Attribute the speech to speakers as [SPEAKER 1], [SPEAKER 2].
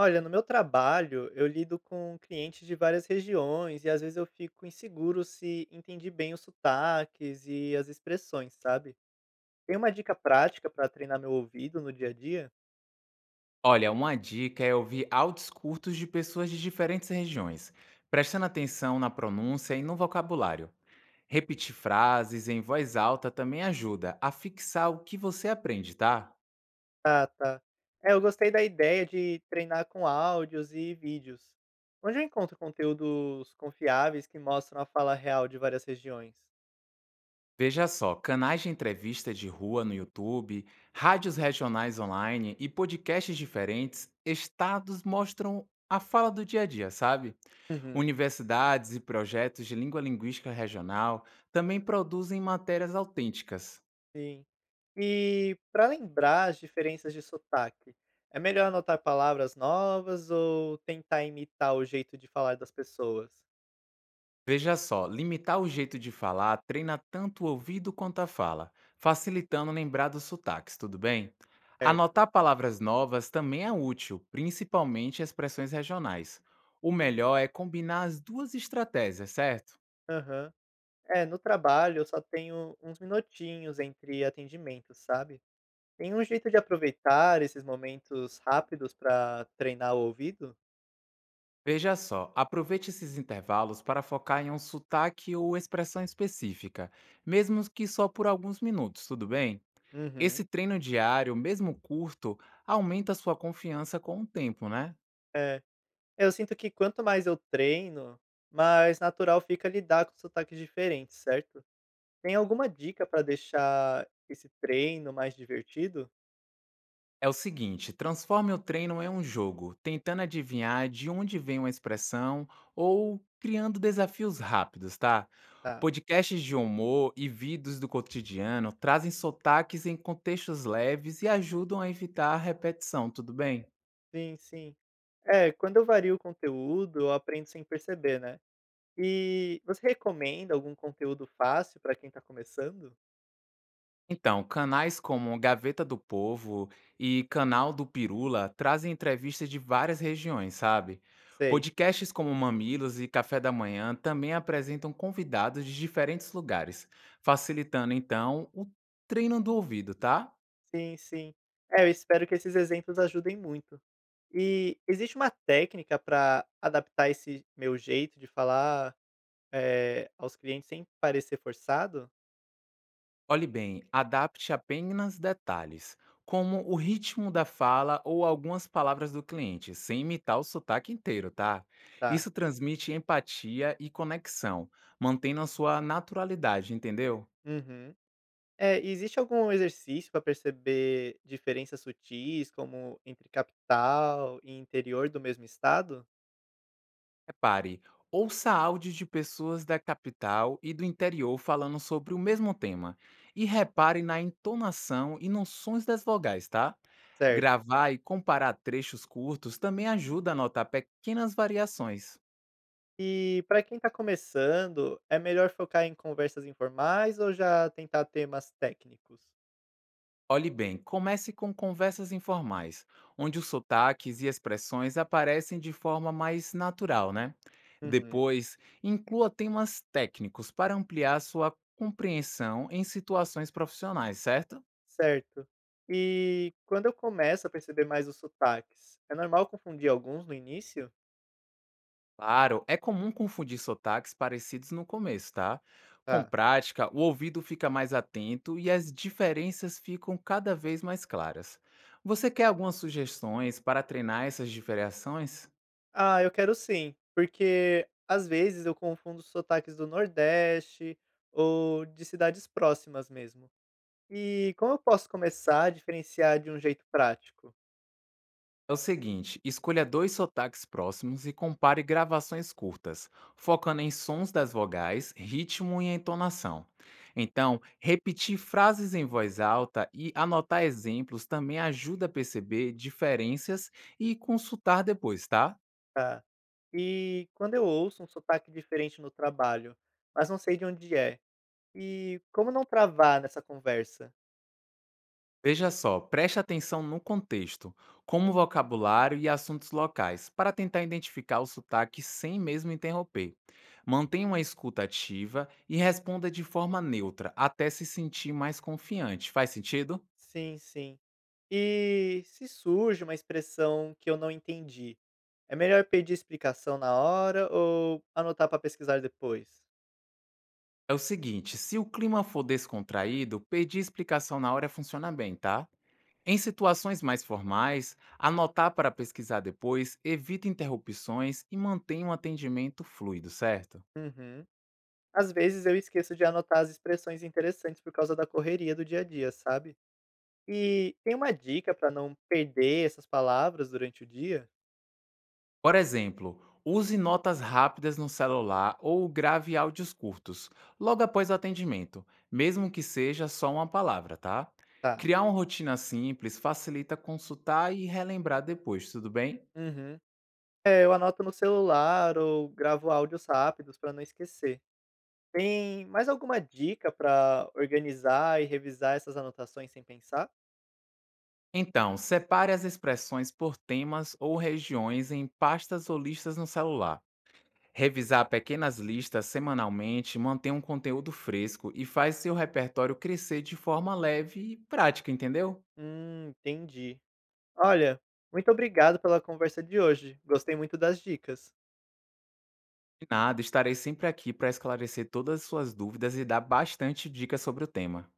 [SPEAKER 1] Olha, no meu trabalho, eu lido com clientes de várias regiões e às vezes eu fico inseguro se entendi bem os sotaques e as expressões, sabe? Tem uma dica prática para treinar meu ouvido no dia a dia?
[SPEAKER 2] Olha, uma dica é ouvir áudios curtos de pessoas de diferentes regiões, prestando atenção na pronúncia e no vocabulário. Repetir frases em voz alta também ajuda a fixar o que você aprende, tá?
[SPEAKER 1] Ah, tá. É, eu gostei da ideia de treinar com áudios e vídeos. Onde eu encontro conteúdos confiáveis que mostram a fala real de várias regiões?
[SPEAKER 2] Veja só, canais de entrevista de rua no YouTube, rádios regionais online e podcasts diferentes, estados mostram a fala do dia a dia, sabe?
[SPEAKER 1] Uhum.
[SPEAKER 2] Universidades e projetos de língua linguística regional também produzem matérias autênticas.
[SPEAKER 1] Sim. E para lembrar as diferenças de sotaque, é melhor anotar palavras novas ou tentar imitar o jeito de falar das pessoas?
[SPEAKER 2] Veja só, limitar o jeito de falar treina tanto o ouvido quanto a fala, facilitando lembrar dos sotaques, tudo bem?
[SPEAKER 1] Certo.
[SPEAKER 2] Anotar palavras novas também é útil, principalmente expressões regionais. O melhor é combinar as duas estratégias, certo?
[SPEAKER 1] Aham. É, no trabalho eu só tenho uns minutinhos entre atendimentos, sabe. Tem um jeito de aproveitar esses momentos rápidos para treinar o ouvido?
[SPEAKER 2] Veja só, aproveite esses intervalos para focar em um sotaque ou expressão específica, mesmo que só por alguns minutos, tudo bem?
[SPEAKER 1] Uhum.
[SPEAKER 2] Esse treino diário, mesmo curto, aumenta sua confiança com o tempo, né?
[SPEAKER 1] É. Eu sinto que quanto mais eu treino, mais natural fica lidar com sotaques diferentes, certo? Tem alguma dica para deixar esse treino mais divertido?
[SPEAKER 2] É o seguinte, transforme o treino em um jogo, tentando adivinhar de onde vem uma expressão ou criando desafios rápidos, tá?
[SPEAKER 1] Tá.
[SPEAKER 2] Podcasts de humor e vídeos do cotidiano trazem sotaques em contextos leves e ajudam a evitar a repetição, tudo bem?
[SPEAKER 1] Sim, sim. É, quando eu vario o conteúdo, eu aprendo sem perceber, né. E você recomenda algum conteúdo fácil para quem tá começando?
[SPEAKER 2] Então, canais como Gaveta do Povo e Canal do Pirula trazem entrevistas de várias regiões, sabe?
[SPEAKER 1] Sei.
[SPEAKER 2] Podcasts como Mamilos e Café da Manhã também apresentam convidados de diferentes lugares, facilitando então o treino do ouvido, tá?
[SPEAKER 1] Sim, sim. É, eu espero que esses exemplos ajudem muito. E existe uma técnica para adaptar esse meu jeito de falar, aos clientes sem parecer forçado?
[SPEAKER 2] Olhe bem, adapte apenas detalhes, como o ritmo da fala ou algumas palavras do cliente, sem imitar o sotaque inteiro, tá?
[SPEAKER 1] Tá.
[SPEAKER 2] Isso transmite empatia e conexão, mantendo a sua naturalidade, entendeu?
[SPEAKER 1] Uhum. É, e existe algum exercício para perceber diferenças sutis, como entre capital e interior do mesmo estado?
[SPEAKER 2] Repare, ouça áudios de pessoas da capital e do interior falando sobre o mesmo tema, e repare na entonação e nos sons das vogais, tá?
[SPEAKER 1] Certo.
[SPEAKER 2] Gravar e comparar trechos curtos também ajuda a notar pequenas variações.
[SPEAKER 1] E para quem está começando, é melhor focar em conversas informais ou já tentar temas técnicos?
[SPEAKER 2] Olhe bem, comece com conversas informais, onde os sotaques e expressões aparecem de forma mais natural, né?
[SPEAKER 1] Uhum,
[SPEAKER 2] Depois, inclua temas técnicos para ampliar sua compreensão em situações profissionais, certo?
[SPEAKER 1] certo. E quando eu começo a perceber mais os sotaques, é normal confundir alguns no início?
[SPEAKER 2] Claro, é comum confundir sotaques parecidos no começo, tá? Com
[SPEAKER 1] Tá.
[SPEAKER 2] prática, o ouvido fica mais atento e as diferenças ficam cada vez mais claras. Você quer algumas sugestões para treinar essas diferenciações?
[SPEAKER 1] Ah, eu quero sim, porque às vezes eu confundo os sotaques do Nordeste ou de cidades próximas mesmo. E como eu posso começar a diferenciar de um jeito prático?
[SPEAKER 2] É o seguinte, escolha dois sotaques próximos e compare gravações curtas, focando em sons das vogais, ritmo e entonação. Então, repetir frases em voz alta e anotar exemplos também ajuda a perceber diferenças e consultar depois, tá?
[SPEAKER 1] Tá. E quando eu ouço um sotaque diferente no trabalho, mas não sei de onde é. E como não travar nessa conversa?
[SPEAKER 2] Veja só, preste atenção no contexto, como vocabulário e assuntos locais, para tentar identificar o sotaque sem mesmo interromper. Mantenha uma escuta ativa e responda de forma neutra, até se sentir mais confiante. Faz sentido?
[SPEAKER 1] Sim, sim. E se surge uma expressão que eu não entendi, é melhor pedir explicação na hora ou anotar para pesquisar depois?
[SPEAKER 2] É o seguinte, se o clima for descontraído, pedir explicação na hora funciona bem, tá? Em situações mais formais, anotar para pesquisar depois, evita interrupções e mantenha um atendimento fluido, certo?
[SPEAKER 1] Uhum. Às vezes eu esqueço de anotar as expressões interessantes por causa da correria do dia a dia, sabe? E tem uma dica pra não perder essas palavras durante o dia?
[SPEAKER 2] Por exemplo, use notas rápidas no celular ou grave áudios curtos, logo após o atendimento, mesmo que seja só uma palavra, tá?
[SPEAKER 1] Tá.
[SPEAKER 2] Criar uma rotina simples facilita consultar e relembrar depois, tudo bem?
[SPEAKER 1] Uhum. É, eu anoto no celular ou gravo áudios rápidos pra não esquecer. Tem mais alguma dica pra organizar e revisar essas anotações sem pensar?
[SPEAKER 2] Então, separe as expressões por temas ou regiões em pastas ou listas no celular. Revisar pequenas listas semanalmente mantém um conteúdo fresco e faz seu repertório crescer de forma leve e prática, entendeu?
[SPEAKER 1] Entendi. Olha, muito obrigado pela conversa de hoje. Gostei muito das dicas.
[SPEAKER 2] De nada, estarei sempre aqui para esclarecer todas as suas dúvidas e dar bastante dicas sobre o tema.